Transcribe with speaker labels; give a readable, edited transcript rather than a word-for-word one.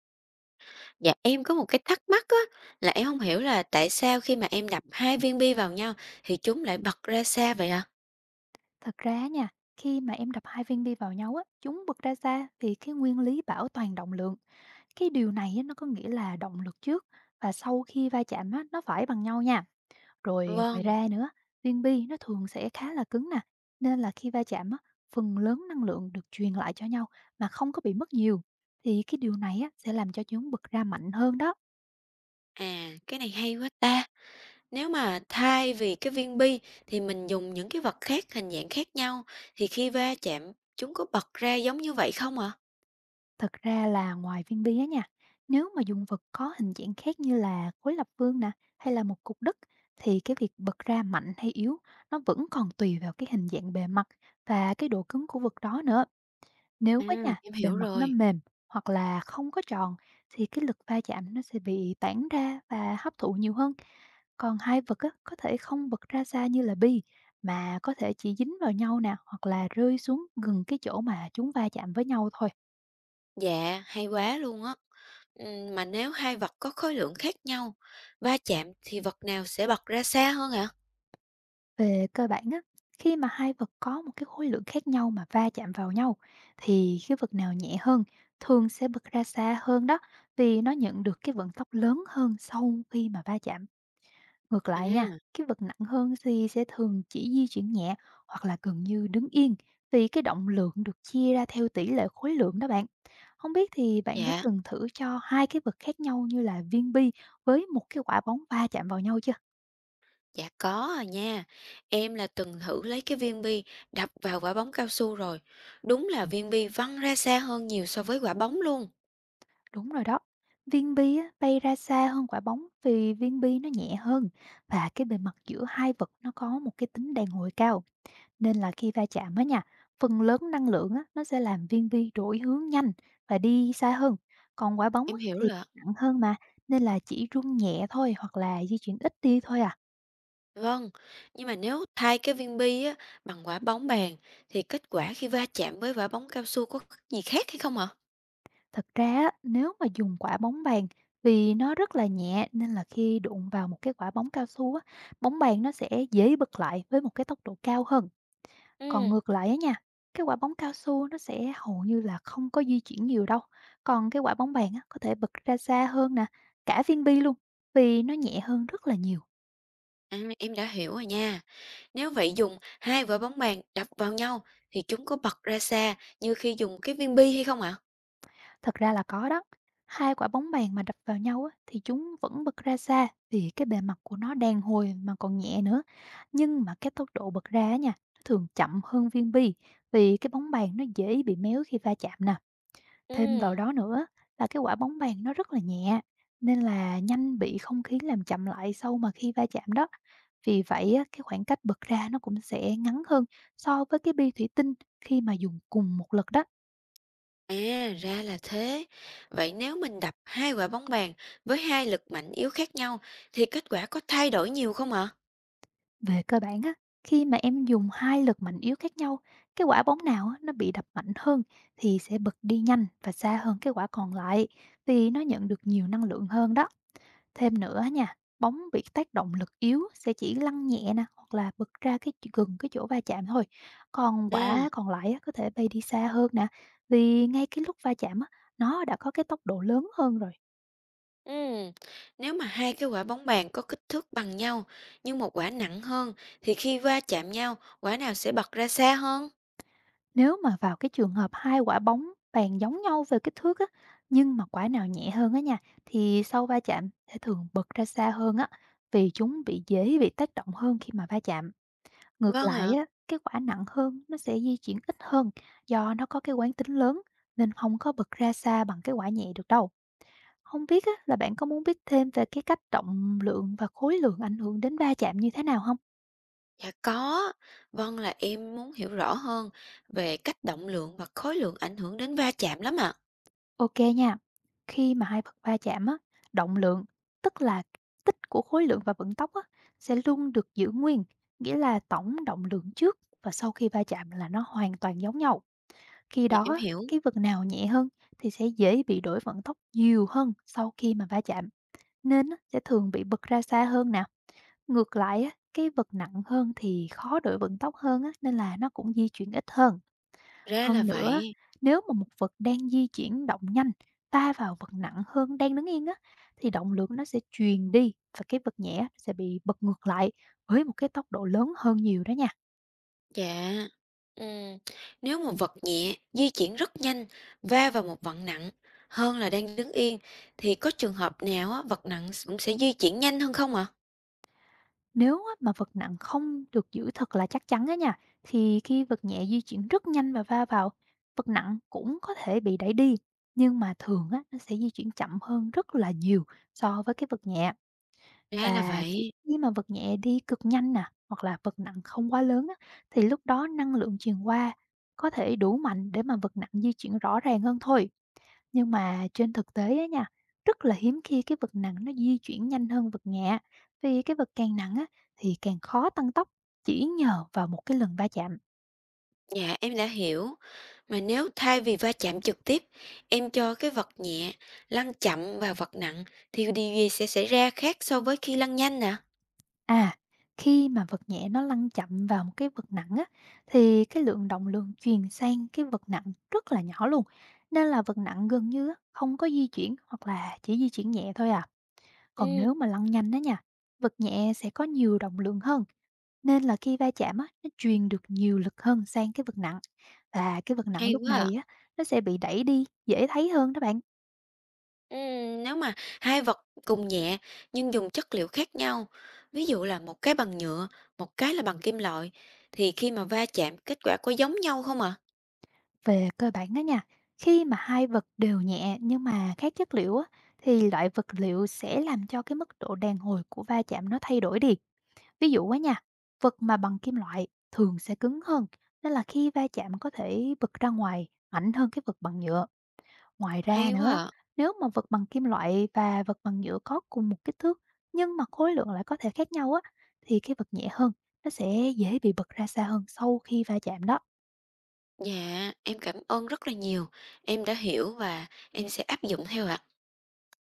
Speaker 1: Dạ, em có một cái thắc mắc á, là em không hiểu là tại sao khi mà em đập hai viên bi vào nhau thì chúng lại bật ra xa vậy ạ?
Speaker 2: Thật ra nha, khi mà em đập hai viên bi vào nhau á, chúng bật ra xa vì cái nguyên lý bảo toàn động lượng. Cái điều này á, nó có nghĩa là động lực trước và sau khi va chạm á, nó phải bằng nhau nha. Rồi ngoài
Speaker 1: Vâng,
Speaker 2: ra nữa, viên bi nó thường sẽ khá là cứng nè, nên là khi va chạm á, phần lớn năng lượng được truyền lại cho nhau mà không có bị mất nhiều. Thì cái điều này á, sẽ làm cho chúng bật ra mạnh hơn đó.
Speaker 1: à, cái này hay quá ta. Nếu mà thay vì cái viên bi thì mình dùng những cái vật khác, hình dạng khác nhau thì khi va chạm chúng có bật ra giống như vậy không ạ?
Speaker 2: Thật ra là ngoài viên bi á nha, nếu mà dùng vật có hình dạng khác như là khối lập phương nè, hay là một cục đất thì cái việc bật ra mạnh hay yếu nó vẫn còn tùy vào cái hình dạng bề mặt và cái độ cứng của vật đó nữa. Nếu
Speaker 1: À,
Speaker 2: á nha,
Speaker 1: em
Speaker 2: bề
Speaker 1: hiểu
Speaker 2: mặt nó
Speaker 1: rồi.
Speaker 2: mềm hoặc là không có tròn thì cái lực va chạm nó sẽ bị tản ra và hấp thụ nhiều hơn. Còn hai vật á, có thể không bật ra xa như là bi, mà có thể chỉ dính vào nhau nè, hoặc là rơi xuống gần cái chỗ mà chúng va chạm với nhau thôi.
Speaker 1: Dạ, hay quá luôn á. Mà nếu hai vật có khối lượng khác nhau va chạm thì vật nào sẽ bật ra xa hơn ạ?
Speaker 2: Về cơ bản á, khi mà hai vật có một cái khối lượng khác nhau mà va chạm vào nhau thì cái vật nào nhẹ hơn thường sẽ bật ra xa hơn đó, vì nó nhận được cái vận tốc lớn hơn sau khi mà va chạm. Ngược lại nha,
Speaker 1: À,
Speaker 2: cái vật nặng hơn thì sẽ thường chỉ di chuyển nhẹ hoặc là gần như đứng yên, vì cái động lượng được chia ra theo tỷ lệ khối lượng đó bạn. Không biết thì bạn đã
Speaker 1: dạ.
Speaker 2: từng thử cho hai cái vật khác nhau như là viên bi với một cái quả bóng va chạm vào nhau chưa?
Speaker 1: Dạ có à nha, em là từng thử lấy cái viên bi đập vào quả bóng cao su rồi. Đúng là viên bi văng ra xa hơn nhiều so với quả bóng luôn.
Speaker 2: Đúng rồi đó. Viên bi á, bay ra xa hơn quả bóng, vì viên bi nó nhẹ hơn và cái bề mặt giữa hai vật nó có một cái tính đàn hồi cao. Nên là khi va chạm á nha, phần lớn năng lượng á, nó sẽ làm viên bi đổi hướng nhanh và đi xa hơn. Còn quả bóng
Speaker 1: Em
Speaker 2: á,
Speaker 1: hiểu
Speaker 2: thì
Speaker 1: rồi ạ.
Speaker 2: nặng hơn mà, nên là chỉ rung nhẹ thôi, hoặc là di chuyển ít đi thôi à.
Speaker 1: Vâng, nhưng mà nếu thay cái viên bi á, bằng quả bóng bàn thì kết quả khi va chạm với quả bóng cao su có gì khác hay không ạ?
Speaker 2: Thật ra á, nếu mà dùng quả bóng bàn, vì nó rất là nhẹ nên là khi đụng vào một cái quả bóng cao su á, bóng bàn nó sẽ dễ bật lại với một cái tốc độ cao hơn. Còn
Speaker 1: Ừ,
Speaker 2: ngược lại á nha, cái quả bóng cao su nó sẽ hầu như là không có di chuyển nhiều đâu. Còn cái quả bóng bàn á, có thể bật ra xa hơn nè, cả viên bi luôn, vì nó nhẹ hơn rất là nhiều.
Speaker 1: à, em đã hiểu rồi nha. Nếu vậy dùng hai quả bóng bàn đập vào nhau thì chúng có bật ra xa như khi dùng cái viên bi hay không ạ?
Speaker 2: Thật ra là có đó. Hai quả bóng bàn mà đập vào nhau á, thì chúng vẫn bật ra xa vì cái bề mặt của nó đàn hồi mà còn nhẹ nữa. Nhưng mà cái tốc độ bật ra á nha, nó thường chậm hơn viên bi, vì cái bóng bàn nó dễ bị méo khi va chạm nè. Thêm
Speaker 1: Ừ.
Speaker 2: vào đó nữa là cái quả bóng bàn nó rất là nhẹ, nên là nhanh bị không khí làm chậm lại sau mà khi va chạm đó. Vì vậy á, cái khoảng cách bật ra nó cũng sẽ ngắn hơn so với cái bi thủy tinh khi mà dùng cùng một lực đó.
Speaker 1: À, ra là thế. Vậy nếu mình đập hai quả bóng bàn với hai lực mạnh yếu khác nhau thì kết quả có thay đổi nhiều không ạ?
Speaker 2: Về cơ bản á, khi mà em dùng hai lực mạnh yếu khác nhau, cái quả bóng nào á, nó bị đập mạnh hơn thì sẽ bật đi nhanh và xa hơn cái quả còn lại, vì nó nhận được nhiều năng lượng hơn đó. Thêm nữa nha, bóng bị tác động lực yếu sẽ chỉ lăn nhẹ nè, hoặc là bật ra gần cái chỗ va chạm thôi. Còn quả
Speaker 1: À,
Speaker 2: còn lại á, có thể bay đi xa hơn nè, vì ngay cái lúc va chạm á, nó đã có cái tốc độ lớn hơn rồi.
Speaker 1: ừm, nếu mà hai cái quả bóng bàn có kích thước bằng nhau nhưng một quả nặng hơn thì khi va chạm nhau, quả nào sẽ bật ra xa hơn?
Speaker 2: Nếu mà vào cái trường hợp hai quả bóng bàn giống nhau về kích thước á, nhưng mà quả nào nhẹ hơn á nha, thì sau va chạm sẽ thường bật ra xa hơn á, vì chúng bị dễ bị tác động hơn khi mà va chạm. Ngược
Speaker 1: Vâng
Speaker 2: lại
Speaker 1: ạ.
Speaker 2: á, cái quả nặng hơn nó sẽ di chuyển ít hơn, do nó có cái quán tính lớn nên không có bật ra xa bằng cái quả nhẹ được đâu. Không biết á, là bạn có muốn biết thêm về cái cách trọng lượng và khối lượng ảnh hưởng đến va chạm như thế nào không?
Speaker 1: Dạ có. Vâng là em muốn hiểu rõ hơn về cách động lượng và khối lượng ảnh hưởng đến va chạm lắm ạ.
Speaker 2: Ok nha. Khi mà hai vật va chạm á, động lượng, tức là tích của khối lượng và vận tốc á, sẽ luôn được giữ nguyên, nghĩa là tổng động lượng trước và sau khi va chạm là nó hoàn toàn giống nhau. Khi
Speaker 1: Dạ
Speaker 2: đó
Speaker 1: em
Speaker 2: á,
Speaker 1: hiểu.
Speaker 2: cái vật nào nhẹ hơn thì sẽ dễ bị đổi vận tốc nhiều hơn sau khi mà va chạm, nên á, sẽ thường bị bật ra xa hơn nè. Ngược lại, á, cái vật nặng hơn thì khó đổi vận tốc hơn á, nên là nó cũng di chuyển ít hơn.
Speaker 1: Ra là
Speaker 2: Hơn nữa, á,
Speaker 1: vậy.
Speaker 2: nếu mà một vật đang di chuyển động nhanh va vào vật nặng hơn đang đứng yên á, thì động lượng nó sẽ truyền đi và cái vật nhẹ sẽ bị bật ngược lại với một cái tốc độ lớn hơn nhiều đó nha.
Speaker 1: Dạ. Ừm, Nếu mà vật nhẹ di chuyển rất nhanh va vào một vật nặng hơn là đang đứng yên thì có trường hợp nào á, vật nặng cũng sẽ di chuyển nhanh hơn không ạ?
Speaker 2: Nếu á, mà vật nặng không được giữ thật là chắc chắn á nha, thì khi vật nhẹ di chuyển rất nhanh và va vào, vật nặng cũng có thể bị đẩy đi, nhưng mà thường á, nó sẽ di chuyển chậm hơn rất là nhiều so với cái vật nhẹ.
Speaker 1: Ra là
Speaker 2: Và chỉ
Speaker 1: vậy.
Speaker 2: khi mà vật nhẹ đi cực nhanh nè, hoặc là vật nặng không quá lớn á, thì lúc đó năng lượng truyền qua có thể đủ mạnh để mà vật nặng di chuyển rõ ràng hơn thôi. Nhưng mà trên thực tế á nha, rất là hiếm khi cái vật nặng nó di chuyển nhanh hơn vật nhẹ, vì cái vật càng nặng á, thì càng khó tăng tốc chỉ nhờ vào một cái lần va chạm.
Speaker 1: Dạ em đã hiểu. Mà nếu thay vì va chạm trực tiếp, em cho cái vật nhẹ lăn chậm vào vật nặng thì điều gì sẽ xảy ra khác so với khi lăn nhanh nè?
Speaker 2: À, khi mà vật nhẹ nó lăn chậm vào một cái vật nặng á, thì cái lượng động lượng truyền sang cái vật nặng rất là nhỏ luôn, nên là vật nặng gần như á, không có di chuyển hoặc là chỉ di chuyển nhẹ thôi à. Còn
Speaker 1: Ừ,
Speaker 2: nếu mà lăn nhanh đó nha, vật nhẹ sẽ có nhiều động lượng hơn. Nên là khi va chạm á, nó truyền được nhiều lực hơn sang cái vật nặng, và cái vật nặng
Speaker 1: hay
Speaker 2: lúc
Speaker 1: quá à.
Speaker 2: này á, nó sẽ bị đẩy đi, dễ thấy hơn đó bạn.
Speaker 1: Nếu mà hai vật cùng nhẹ nhưng dùng chất liệu khác nhau, ví dụ là một cái bằng nhựa, một cái là bằng kim loại, thì khi mà va chạm kết quả có giống nhau không ạ?
Speaker 2: Về cơ bản đó nha, khi mà hai vật đều nhẹ nhưng mà khác chất liệu á, thì loại vật liệu sẽ làm cho cái mức độ đàn hồi của va chạm nó thay đổi đi. Ví dụ á nha, vật mà bằng kim loại thường sẽ cứng hơn, nên là khi va chạm có thể bật ra ngoài, mạnh hơn cái vật bằng nhựa. Ngoài ra
Speaker 1: Hay quá
Speaker 2: nữa,
Speaker 1: ạ.
Speaker 2: nếu mà vật bằng kim loại và vật bằng nhựa có cùng một kích thước nhưng mà khối lượng lại có thể khác nhau á, thì cái vật nhẹ hơn nó sẽ dễ bị bật ra xa hơn sau khi va chạm đó.
Speaker 1: Dạ, em cảm ơn rất là nhiều. Em đã hiểu và em sẽ áp dụng theo ạ.